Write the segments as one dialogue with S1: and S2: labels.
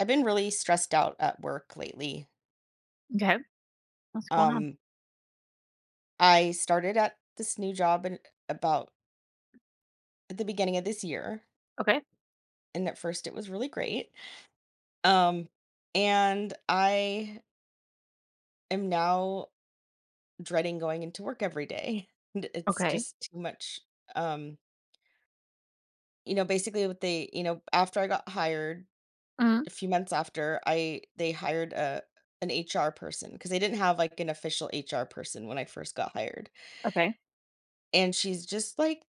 S1: I've been really stressed out at work lately.
S2: Okay. What's going on?
S1: Um, I started at this new job in about at the beginning of this year,
S2: Okay.
S1: and at first it was really great. Um, and I am now dreading going into work every day. And it's
S2: Okay.
S1: just too much. Um, basically what they, you know, after I got hired,
S2: Mhm.
S1: a few months after, I they hired a an HR person because they didn't have like an official HR person when I first got hired,
S2: Okay.
S1: and she's just like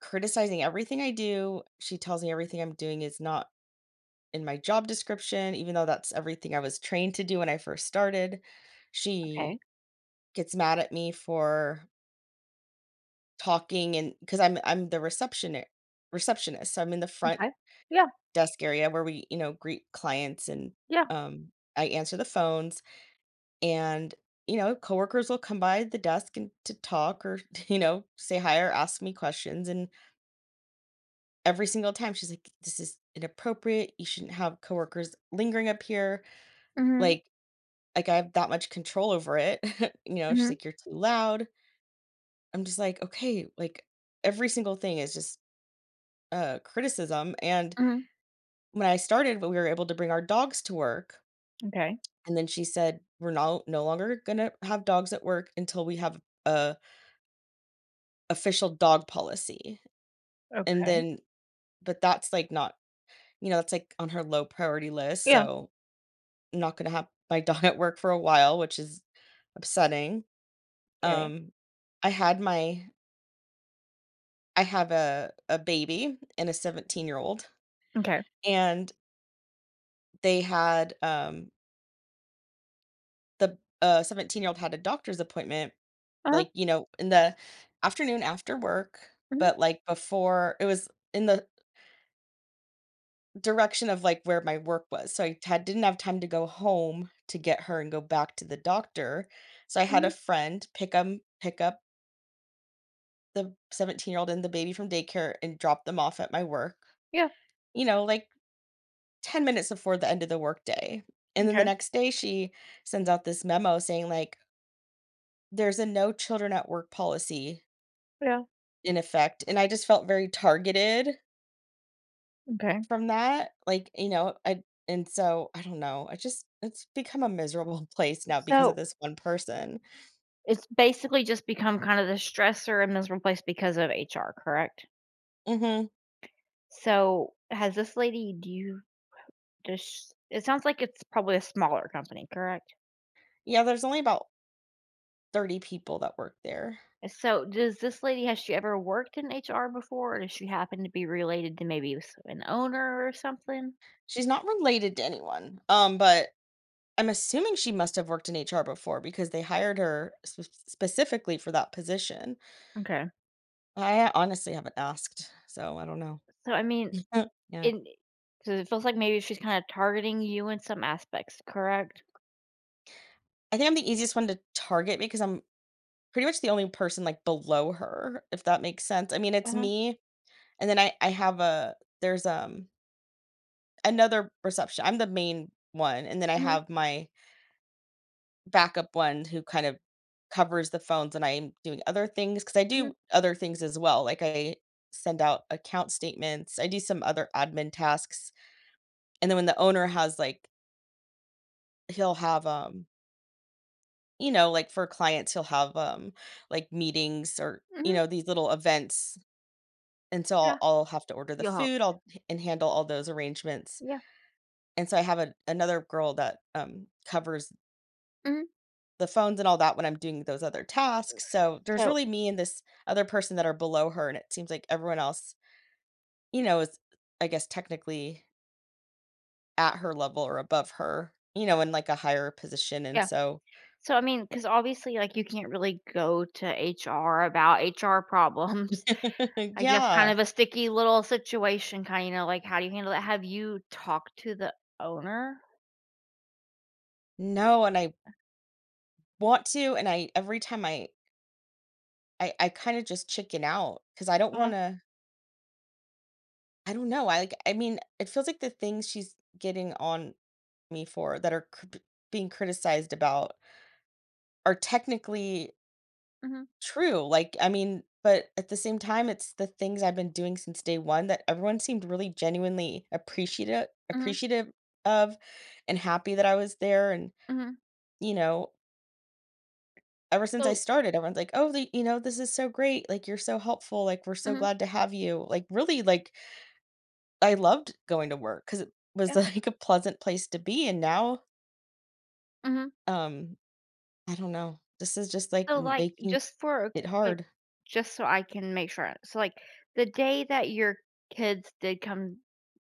S1: criticizing everything I do. She tells me everything I'm doing is not in my job description, even though that's everything I was trained to do when I first started.
S2: Okay.
S1: She gets mad at me for talking and because I'm the receptionist. So I'm in the front
S2: Okay. Yeah.
S1: desk area where we, you know, greet clients, and
S2: Yeah.
S1: um I answer the phones. And coworkers will come by the desk and to talk, or you know, say hi or ask me questions. And every single time she's like, "This is inappropriate. You shouldn't have coworkers lingering up here.
S2: Mhm.
S1: Like, like I have that much control over it." You know, she's
S2: Mhm.
S1: like, "You're too loud." I'm just like, "Okay." Like every single thing is just criticism. And
S2: Mhm.
S1: when I started, we were able to bring our dogs to work,
S2: Okay.
S1: and then she said, "We're now no longer gonna have dogs at work until we have a official dog policy." And
S2: Okay.
S1: then, but that's like not, you know, that's like on her low priority list.
S2: Yeah.
S1: So not gonna have my dog at work for a while, which is upsetting.
S2: Okay.
S1: Um, I had my I have a baby and a 17-year-old,
S2: Okay.
S1: and they had, um the, 17-year-old had a doctor's appointment,
S2: Uh-huh.
S1: like, you know, in the afternoon after work.
S2: Mhm.
S1: But, like, before, it was in the direction of, like, where my work was, so I had didn't have time to go home to get her and go back to the doctor, so I had a
S2: Mhm.
S1: friend pick up the 17-year-old and the baby from daycare and drop them off at my work,
S2: Yeah.
S1: you know, like 10 minutes before the end of the workday. And then the
S2: Okay.
S1: next day, she sends out this memo saying, like, there's a no children at work policy
S2: Yeah.
S1: in effect. And I just felt very targeted
S2: Okay.
S1: from that. Like, you know, I, and so I don't know. It's become a miserable place now because of
S2: So
S1: this one person.
S2: it's basically just become kind of the stressor and miserable place because of HR, correct?
S1: Hmm.
S2: So has this lady? Do you just? It sounds like it's probably a smaller company, correct?
S1: Yeah, there's only about 30 people that work there.
S2: So, does this lady has she ever worked in HR before, or does she happen to be related to maybe s- an owner or something?
S1: She's not related to anyone. But I'm assuming she must have worked in HR before because they hired her sp specifically for that position.
S2: Okay.
S1: I honestly haven't asked, so I don't know.
S2: So, I mean,
S1: Yeah.
S2: it so it feels like maybe she's kind of targeting you in some aspects, correct?
S1: I think I'm the easiest one to target because I'm pretty much the only person, like, below her, if that makes sense. I mean,
S2: Uh
S1: it's
S2: huh.
S1: me, and then I have a there's, another reception I'm the main one, and then I
S2: Hmm.
S1: have my backup one who kind of covers the phones and I'm doing other things, because I
S2: Hmm.
S1: do other things as well. Like, I send out account statements, I do some other admin tasks, and then when the owner has, he'll have, um you know, like, for clients, he'll have, like, meetings or, you
S2: Hmm.
S1: know, these little events, and so I'll
S2: Yeah.
S1: I'll have to order the
S2: You'll help.
S1: food, I'll and handle all those arrangements.
S2: Yeah.
S1: And so I have a another girl that, covers
S2: Hmm.
S1: the phones and all that when I'm doing those other tasks. So there's
S2: So,
S1: really me and this other person that are below her, and it seems like everyone else, you know, is, I guess, technically at her level or above her, you know, in, like, a higher position. And
S2: yeah.
S1: so
S2: So, I mean, because obviously, like, you can't really go to HR about HR problems. I guess kind
S1: yeah.
S2: of a sticky little situation, kind of you know, like, how do you handle that? Have you talked to the owner?
S1: No, and I want to, and I every time I kinda just chicken out because I don't
S2: Uh-huh.
S1: wanna I don't know, I, like I mean, it feels like the things she's getting on me for that are cr being criticized about are technically
S2: Mhm,
S1: true. Like, I mean, but at the same time, it's the things I've been doing since day one that everyone seemed really genuinely
S2: mhm,
S1: appreciative of and happy that I was there. And,
S2: mhm.
S1: you know, ever since I
S2: So
S1: started, everyone's like, "Oh, the you know, this is so great, like, you're so helpful, like, we're so
S2: mhm,
S1: glad to have you." Like, really, like, I loved going to work because it
S2: yeah,
S1: was, like, a pleasant place to be. And now,
S2: mhm.
S1: um, I don't know, this is just, like,
S2: So, like,
S1: making
S2: just for a
S1: it
S2: quick
S1: hard.
S2: just so I can make sure so, like, the day that your kids did come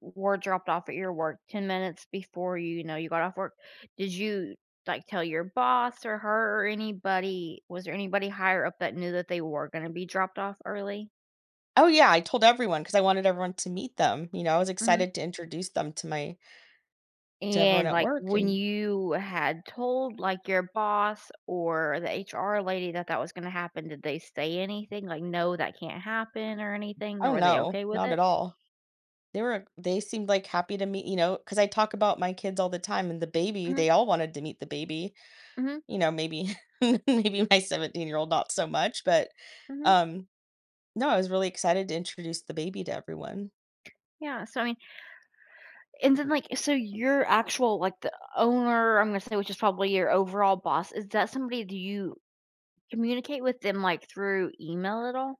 S2: were dropped off at your work 10 minutes before you you know, you got off work, did you, like, tell your boss or her or anybody was there anybody higher up that knew that they were gonna be dropped off early?
S1: Oh, yeah, I told everyone because I wanted everyone to meet them. You know, I was
S2: Mhm.
S1: excited to introduce them to my to everyone
S2: And,
S1: at
S2: like,
S1: work.
S2: when
S1: And
S2: you had told, like, your boss or the HR lady that that was gonna happen, did they say anything? Like, "No, that can't happen," or anything, or
S1: oh,
S2: were they
S1: no,
S2: okay with
S1: not
S2: it?
S1: at all. They seemed, like, happy to meet, you know, because I talk about my kids all the time, and the baby,
S2: Mhm,
S1: they all wanted to meet the baby.
S2: mhm,
S1: You know, maybe maybe my 17-year-old not so much, but,
S2: mhm,
S1: um, no, I was really excited to introduce the baby to everyone.
S2: yeah, so, I mean and then, like so your actual, like, the owner, I'm gonna say, which is probably your overall boss, is that somebody do you communicate with them, like, through email at all?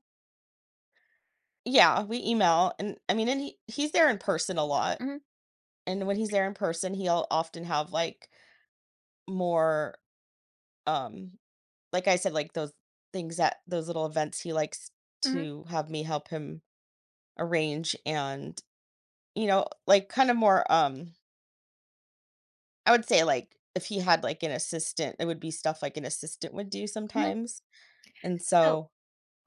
S1: Yeah, we email. And I mean, and he's there in person a lot,
S2: Mhm,
S1: and when he's there in person, he'll often have, like, more, um, like I said, like, those things that those little events he likes
S2: mhm,
S1: to have me help him arrange. And, you know, like, kind of more, I would say, like, if he had, like, an assistant, it would be stuff like an assistant would do
S2: mhm,
S1: sometimes, and
S2: so
S1: so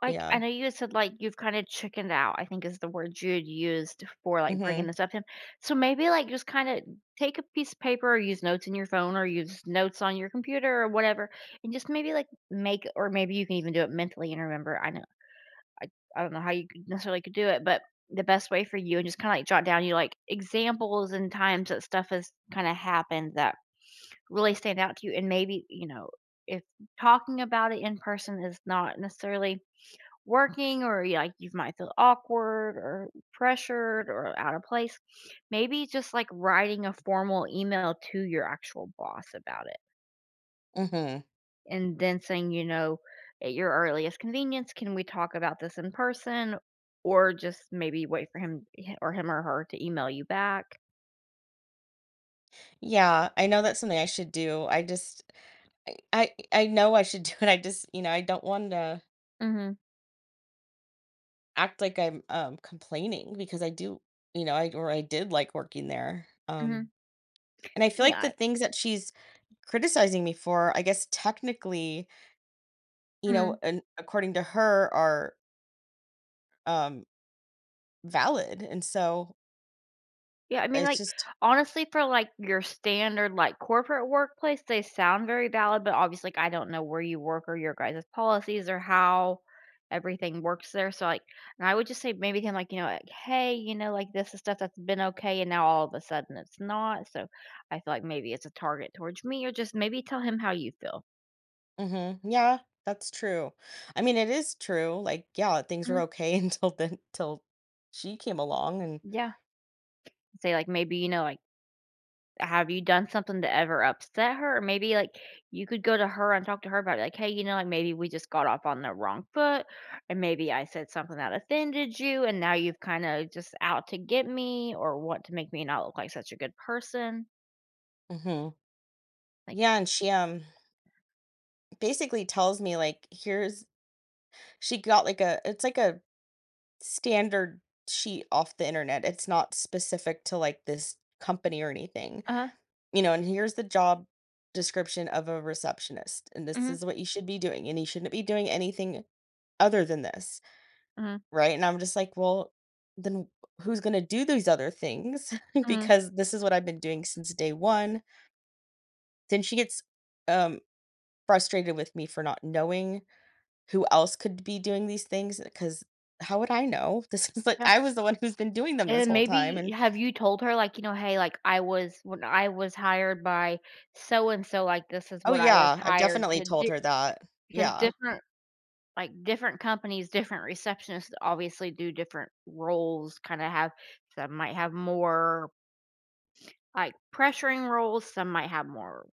S2: like, I
S1: yeah.
S2: know you said, like, you've kinda chickened out, I think is the word you had used for, like, bringing
S1: Mhm,
S2: this up to him. So maybe, like, just kinda take a piece of paper or use notes in your phone or use notes on your computer or whatever, and just maybe, like, make or maybe you can even do it mentally and remember. I know I don't know how you could necessarily could do it, but the best way for you and just kinda, like, jot down you like, examples and times that stuff has kinda happened that really stand out to you, and maybe, you know, if talking about it in person is not necessarily working or you like you might feel awkward or pressured or out of place. Maybe just like writing a formal email to your actual boss about it
S1: mhm.
S2: and then saying, you know, at your earliest convenience, can we talk about this in person? Or just maybe wait for him or him or her to email you back.
S1: Yeah, I know that's something I should do. I just I know I should do it. I just, you know, I don't want to
S2: Mm-hmm.
S1: act like I'm complaining, because I do, you know, I did like working there.
S2: Mm-hmm.
S1: And I feel like the
S2: Yeah.
S1: things that she's criticizing me for, I guess technically, you know, and according to her, are um valid. And so
S2: Yeah, I mean,
S1: it's
S2: like,
S1: just
S2: honestly, for, like, your standard, like, corporate workplace, they sound very valid, but obviously, like, I don't know where you work or your guys' policies or how everything works there, so, like and I would just say maybe him, like, you know, like, "Hey, you know, like, this is stuff that's been okay, and now all of a sudden it's not, so I feel like maybe it's a target towards me," or just maybe tell him how you feel.
S1: mhm, yeah, that's true. I mean, it is true. Like, yeah, things were
S2: "Mm,
S1: okay until she came along, and
S2: yeah." Say, like, maybe, you know, like have you done something to ever upset her? Or maybe, like, you could go to her and talk to her about it, like, "Hey, you know, like, maybe we just got off on the wrong foot, and maybe I said something that offended you, and now you've kinda just out to get me or want to make me not look like such a good person."
S1: mhm.
S2: Like,
S1: Yeah, and she basically tells me, like, here's she got like a it's like a standard sheet off the internet. It's not specific to like this company or anything,
S2: "Uh-huh,
S1: you know. And here's the job description of a receptionist, and this
S2: mhm,
S1: is what you should be doing, and you shouldn't be doing anything other than this,
S2: mhm,
S1: right? And I'm just like, well, then who's going to do these other things,
S2: mhm."
S1: because this is what I've been doing since day one. Then she gets um frustrated with me for not knowing who else could be doing these things. Because how would I know? This is like
S2: Yeah.
S1: I was the one who's been doing them this
S2: And
S1: whole time,
S2: maybe
S1: and
S2: have you told her, like, you know, "Hey, like, I was when I was hired by so and so, like, this is
S1: oh,
S2: what I was
S1: yeah, I've
S2: hired
S1: definitely
S2: to do,"
S1: told her
S2: like,
S1: that.
S2: because
S1: Yeah,
S2: different like different companies, different receptionists obviously do different roles, kind of have some might have more like pressuring roles, some might have more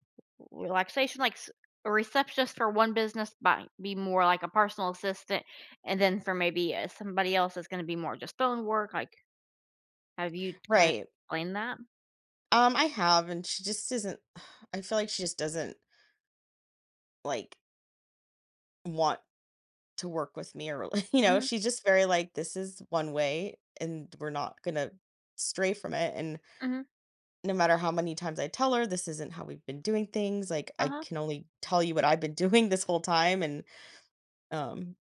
S2: relaxation. Like s- a receptionist for one business might be more like a personal assistant, and then for maybe somebody else is going to be more just phone work. Like, have you kind of
S1: right.
S2: explained that?
S1: I have, and she just isn't I feel like she just doesn't, like, want to work with me. Or, you know,
S2: Mm-hmm.
S1: she's just very like, "This is one way, and we're not gonna stray from it," and
S2: Mm-hmm.
S1: no matter how many times I tell her, "This isn't how we've been doing things," like,
S2: Uh
S1: I
S2: huh.
S1: can only tell you what I've been doing this whole time. And, um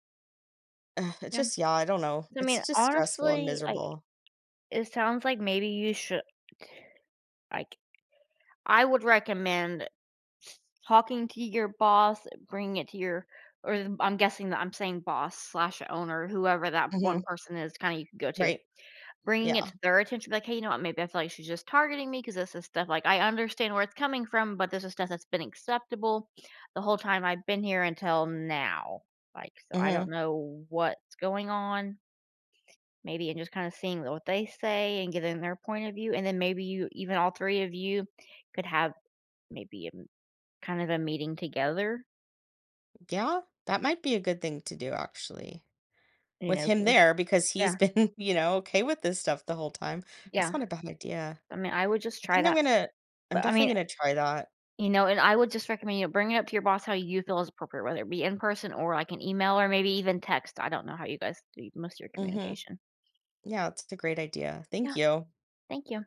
S1: ugh, it's
S2: Yeah.
S1: just yeah, I don't know.
S2: So, I
S1: It's
S2: mean,
S1: just stressful and
S2: honestly, like
S1: miserable.
S2: it sounds like maybe you should like I would recommend talking to your boss, bringing it to your or the I'm guessing that I'm saying boss slash owner, whoever that
S1: Mhm.
S2: one person is kinda you can go to.
S1: Right.
S2: Bringing it
S1: Yeah.
S2: to their attention, like, "Hey, you know what? Maybe I feel like she's just targeting me because this is stuff like I understand where it's coming from, but this is stuff that's been acceptable the whole time I've been here until now." Like, so I don't
S1: Mhm.
S2: know what's going on, maybe, and just kinda seeing what they say and getting their point of view, and then maybe you even all 3 of you could have maybe a m kind of a meeting together
S1: Yeah, that might be a good thing to do actually,
S2: you
S1: with
S2: know,
S1: him
S2: with
S1: there, because he's
S2: yeah,
S1: been, you know, okay with this stuff the whole time. That's
S2: yeah.
S1: not a bad idea.
S2: I mean, I would just
S1: I
S2: try
S1: think I'm
S2: that.
S1: gonna I'm
S2: But I mean,
S1: definitely gonna try that.
S2: you know, and I would just recommend, you know, bring it up to your boss how you feel is appropriate, whether it be in person or like an email or maybe even text. I don't know how you guys do most of your
S1: Mhm.
S2: communication.
S1: Yeah, it's a great idea. Thank
S2: Yeah.
S1: you.
S2: Thank you.